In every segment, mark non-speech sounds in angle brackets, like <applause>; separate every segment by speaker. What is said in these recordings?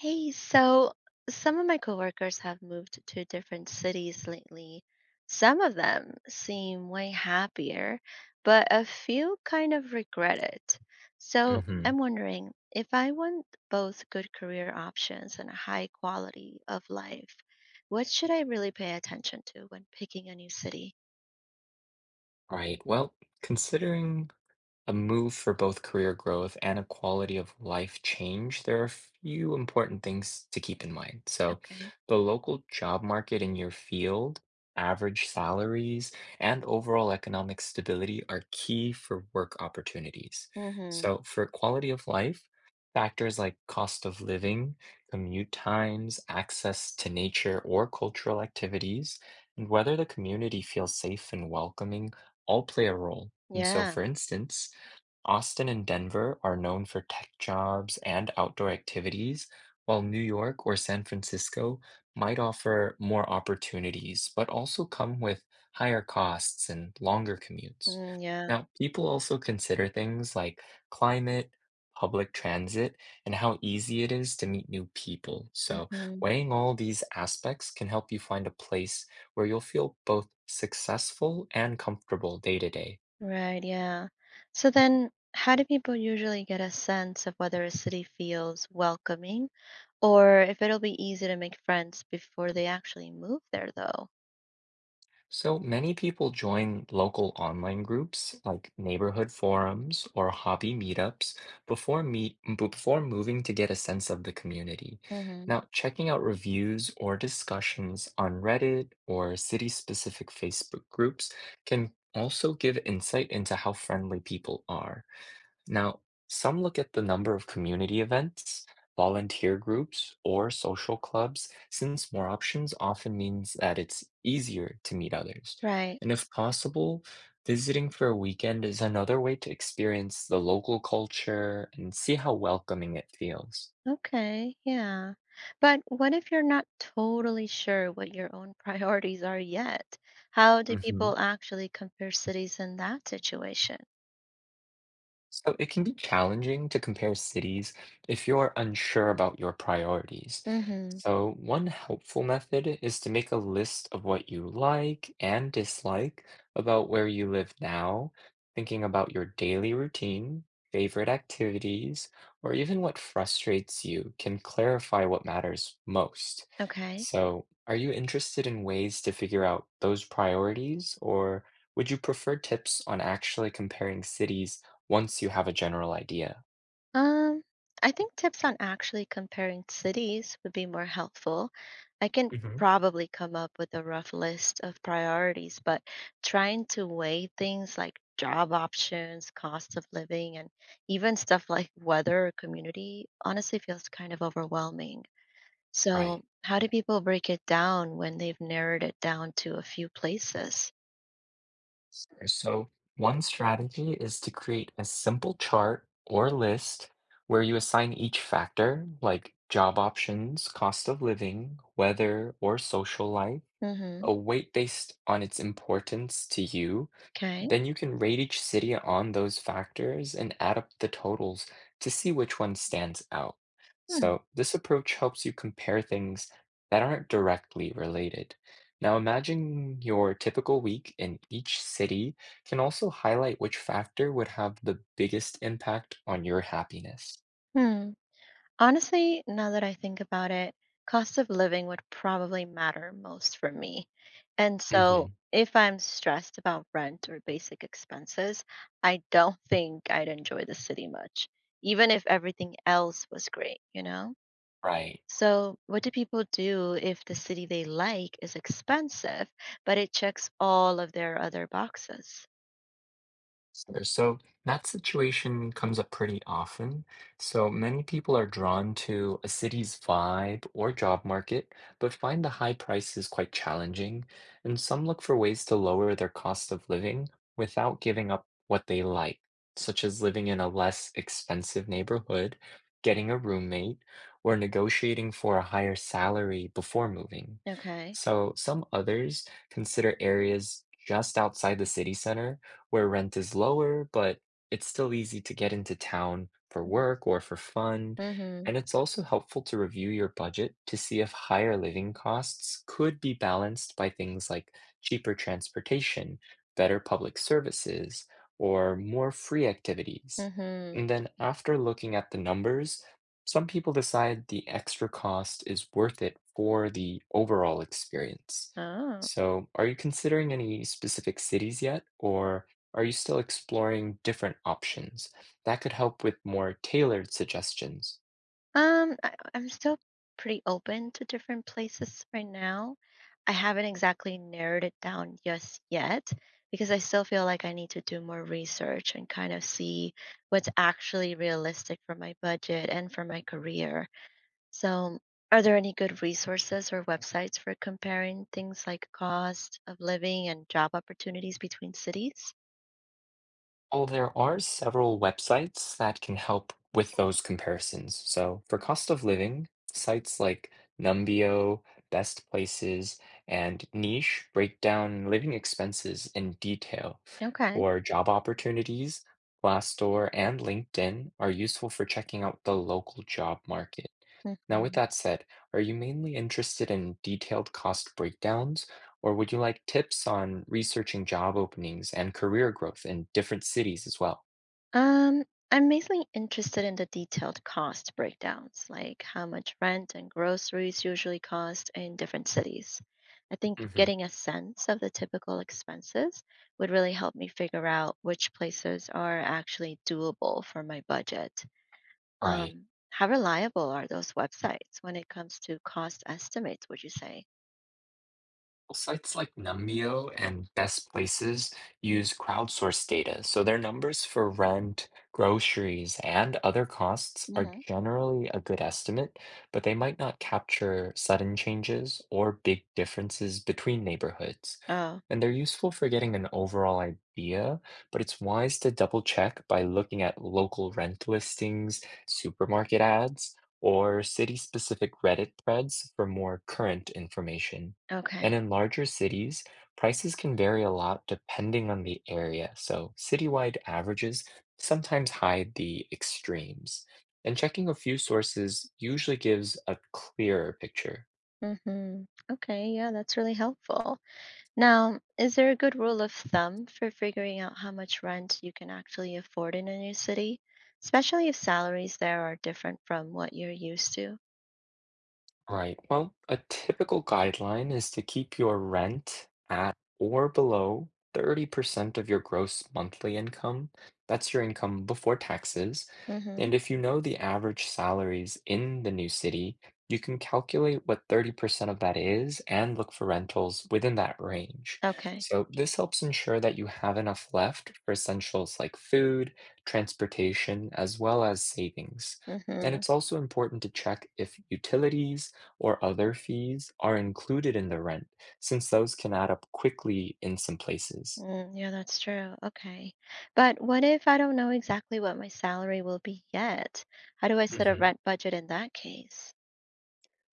Speaker 1: Hey, so some of my coworkers have moved to different cities lately. Some of them seem way happier, but a few kind of regret it. So I'm
Speaker 2: hmm
Speaker 1: wondering if I want both good career options and a high quality of life, what should I really pay attention to when picking a new city?
Speaker 2: Right. Well, considering a move for both career growth and a quality of life change, there are a few important things to keep in mind. So,
Speaker 1: Okay.
Speaker 2: the local job market in your field, average salaries, and overall economic stability are key for work opportunities.
Speaker 1: Mm-hmm.
Speaker 2: So, for quality of life, factors like cost of living, commute times, access to nature or cultural activities, and whether the community feels safe and welcoming all play a role. And so,
Speaker 1: Yeah.
Speaker 2: for instance, Austin and Denver are known for tech jobs and outdoor activities, while New York or San Francisco might offer more opportunities, but also come with higher costs and longer commutes.
Speaker 1: Mm, yeah.
Speaker 2: Now, people also consider things like climate, public transit, and how easy it is to meet new people. So,
Speaker 1: Mm-hmm.
Speaker 2: weighing all these aspects can help you find a place where you'll feel both successful and comfortable day to day.
Speaker 1: Right, yeah. So then, how do people usually get a sense of whether a city feels welcoming or if it'll be easy to make friends before they actually move there, though?
Speaker 2: So many people join local online groups like neighborhood forums or hobby meetups before moving to get a sense of the community.
Speaker 1: Hmm.
Speaker 2: Now, checking out reviews or discussions on Reddit or city-specific Facebook groups can also give insight into how friendly people are. Now, some look at the number of community events, volunteer groups, or social clubs, since more options often means that it's easier to meet others.
Speaker 1: Right.
Speaker 2: And if possible, visiting for a weekend is another way to experience the local culture and see how welcoming it feels.
Speaker 1: Okay, yeah. But what if you're not totally sure what your own <laughs> priorities are yet? How do
Speaker 2: Mhm.
Speaker 1: people actually compare cities in that situation?
Speaker 2: So it can be challenging to compare cities if you're unsure about your priorities.
Speaker 1: Hmm.
Speaker 2: So one helpful method is to make a list of what you like and dislike about where you live now, thinking about your daily routine, favorite activities, or even what frustrates you can clarify what matters most.
Speaker 1: Okay.
Speaker 2: So are you interested in ways to figure out those priorities, or would you prefer tips on actually comparing cities once you have a general idea?
Speaker 1: Um, I think tips on actually comparing cities would be more helpful. I can
Speaker 2: Mhm.
Speaker 1: probably come up with a rough list of priorities, but trying to weigh things like job options, cost of living, and even stuff like weather or community honestly feels kind of overwhelming.
Speaker 2: Right.
Speaker 1: So, how do people break it down when they've narrowed it down to a few places?
Speaker 2: So, one strategy is to create a simple chart or list where you assign each factor, like job options, cost of living, weather, or social life
Speaker 1: Mm-hmm.
Speaker 2: a weight based on its importance to you,
Speaker 1: Okay.
Speaker 2: then you can rate each city on those factors and add up the totals to see which one stands out.
Speaker 1: Hmm.
Speaker 2: So, this approach helps you compare things that aren't directly related. Now, imagine your typical week in each city can also highlight which factor would have the biggest impact on your happiness.
Speaker 1: Hmm. Honestly, now that I think about it, cost of living would probably matter most for me. And
Speaker 2: hmm
Speaker 1: so if I'm stressed about rent or basic expenses, I don't think I'd enjoy the city much, even if everything else was great, you know?
Speaker 2: Right.
Speaker 1: So, what do people do if the city they like is expensive, but it checks all of their other boxes?
Speaker 2: Sure. So that situation comes up pretty often. So many people are drawn to a city's vibe or job market, but find the high prices quite challenging. And some look for ways to lower their cost of living without giving up what they like, such as living in a less expensive neighborhood, getting a roommate, or negotiating for a higher salary before moving.
Speaker 1: Okay.
Speaker 2: So some others consider areas just outside the city center where rent is lower, but it's still easy to get into town for work or for fun.
Speaker 1: Mm-hmm.
Speaker 2: And it's also helpful to review your budget to see if higher living costs could be balanced by things like cheaper transportation, better public services, or more free activities.
Speaker 1: Mm-hmm.
Speaker 2: And then after looking at the numbers, some people decide the extra cost is worth it for the overall experience.
Speaker 1: Oh.
Speaker 2: So, are you considering any specific cities yet, or are you still exploring different options? That could help with more tailored suggestions.
Speaker 1: I'm still pretty open to different places right now. I haven't exactly narrowed it down just yet because I still feel like I need to do more research and kind of see what's actually realistic for my budget and for my career. So, are there any good resources or websites for comparing things like cost of living and job opportunities between cities?
Speaker 2: Well, there are several websites that can help with those comparisons. So, for cost of living, sites like Numbeo, Best Places, and Niche break down living expenses in detail.
Speaker 1: Okay.
Speaker 2: For job opportunities, Glassdoor and LinkedIn are useful for checking out the local job market. Now, with
Speaker 1: Mhm.
Speaker 2: that said, are you mainly interested in detailed cost breakdowns, or would you like tips on researching job openings and career growth in different cities as well?
Speaker 1: Um, I'm mainly interested in the detailed cost breakdowns, like how much rent and groceries usually cost in different cities. I think
Speaker 2: hmm
Speaker 1: getting a sense of the typical expenses would really help me figure out which places are actually doable for my budget.
Speaker 2: Right.
Speaker 1: How reliable are those websites when it comes to cost estimates, would you say?
Speaker 2: Sites like Numbeo and Best Places use crowdsourced data, so their numbers for rent, groceries, and other costs are
Speaker 1: Hmm.
Speaker 2: generally a good estimate, but they might not capture sudden changes or big differences between neighborhoods.
Speaker 1: Oh,
Speaker 2: And they're useful for getting an overall idea, but it's wise to double check by looking at local rent listings, supermarket ads, or city specific Reddit threads for more current information.
Speaker 1: okay.
Speaker 2: And in larger cities, prices can vary a lot depending on the area, so citywide averages sometimes hide the extremes. And checking a few sources usually gives a clearer picture.
Speaker 1: Hmm. Okay, yeah, that's really helpful. Now, is there a good rule of thumb for figuring out how much rent you can actually afford in a new city, especially if salaries there are different from what you're used to?
Speaker 2: Right. Well, a typical guideline is to keep your rent at or below 30% of your gross monthly income. That's your income before taxes.
Speaker 1: Mm-hmm.
Speaker 2: And if you know the average salaries in the new city, you can calculate what 30% of that is and look for rentals within that range.
Speaker 1: Okay.
Speaker 2: So this helps ensure that you have enough left for essentials like food, transportation, as well as savings. And
Speaker 1: Mm-hmm.
Speaker 2: it's also important to check if utilities, or other fees are included in the rent, since those can add up quickly in some places.
Speaker 1: Mm, yeah, that's true. Okay. But what if I don't know exactly what my salary will be yet? How do I set a rent budget in that case?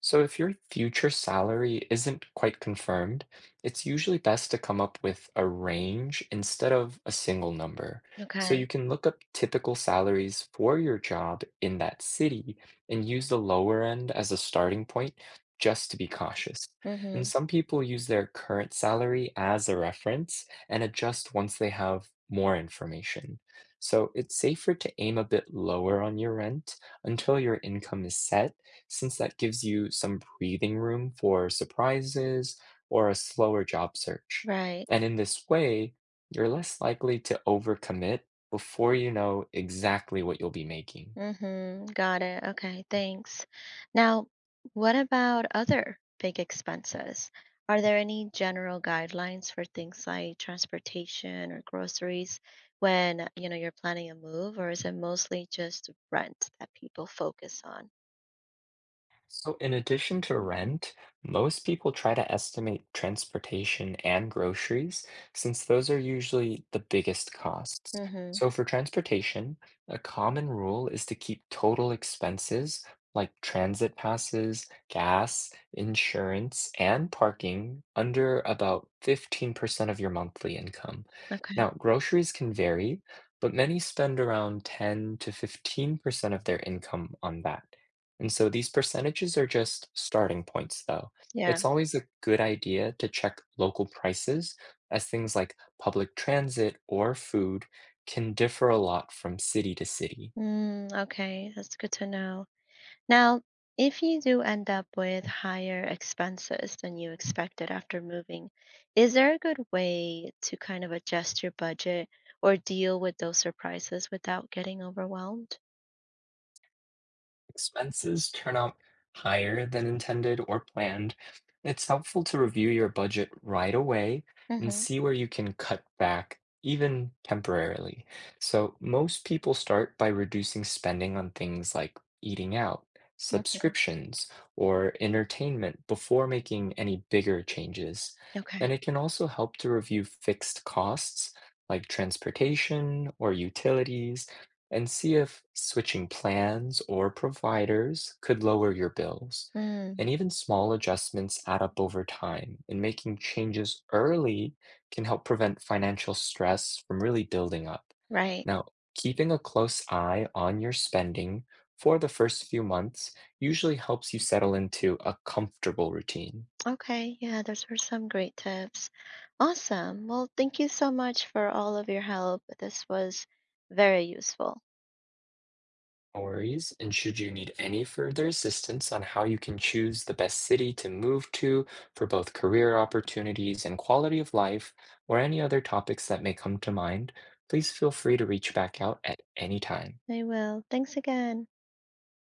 Speaker 2: So, if your future salary isn't quite confirmed, it's usually best to come up with a range instead of a single number. So,
Speaker 1: Okay.
Speaker 2: you can look up typical salaries for your job in that city and use the lower end as a starting point just to be cautious. And
Speaker 1: Mm-hmm.
Speaker 2: some people use their current salary as a reference and adjust once they have more information. So, it's safer to aim a bit lower on your rent until your income is set since that gives you some breathing room for surprises or a slower job search.
Speaker 1: Right.
Speaker 2: And in this way, you're less likely to overcommit before you know exactly what you'll be making.
Speaker 1: Mm-hmm. Got it. Okay, thanks. Now, what about other big expenses? Are there any general guidelines for things like transportation or groceries when, you're planning a move, or is it mostly just rent that people focus on?
Speaker 2: So, in addition to rent, most people try to estimate transportation and groceries since those are usually the biggest costs.
Speaker 1: Mm-hmm.
Speaker 2: So, for transportation, a common rule is to keep total expenses like transit passes, gas, insurance, and parking under about 15% of your monthly income.
Speaker 1: Okay.
Speaker 2: Now, groceries can vary, but many spend around 10 to 15% of their income on that. And so these percentages are just starting points, though.
Speaker 1: Yeah.
Speaker 2: It's always a good idea to check local prices, as things like public transit or food can differ a lot from city to city.
Speaker 1: Mm, okay, that's good to know. Now, if you do end up with higher expenses than you expected after moving, is there a good way to kind of adjust your budget or deal with those surprises without getting overwhelmed?
Speaker 2: Expenses turn out higher than intended or planned, it's helpful to review your budget right away and
Speaker 1: Hmm.
Speaker 2: see where you can cut back, even temporarily. So, most people start by reducing spending on things like eating out,
Speaker 1: Hmm.
Speaker 2: subscriptions, or entertainment before making any bigger changes.
Speaker 1: Okay.
Speaker 2: And it can also help to review fixed costs like transportation or utilities and see if switching plans or providers could lower your bills.
Speaker 1: Mm,
Speaker 2: And even small adjustments add up over time, and making changes early can help prevent financial stress from really building up.
Speaker 1: right.
Speaker 2: Now, keeping a close eye on your spending for the first few months usually helps you settle into a comfortable routine.
Speaker 1: Okay. Yeah, those were some great tips. Awesome. Well, thank you so much for all of your help. This was very useful.
Speaker 2: No worries. And should you need any further assistance on how you can choose the best city to move to for both career opportunities and quality of life, or any other topics that may come to mind, please feel free to reach back out at any time.
Speaker 1: I will. Thanks again.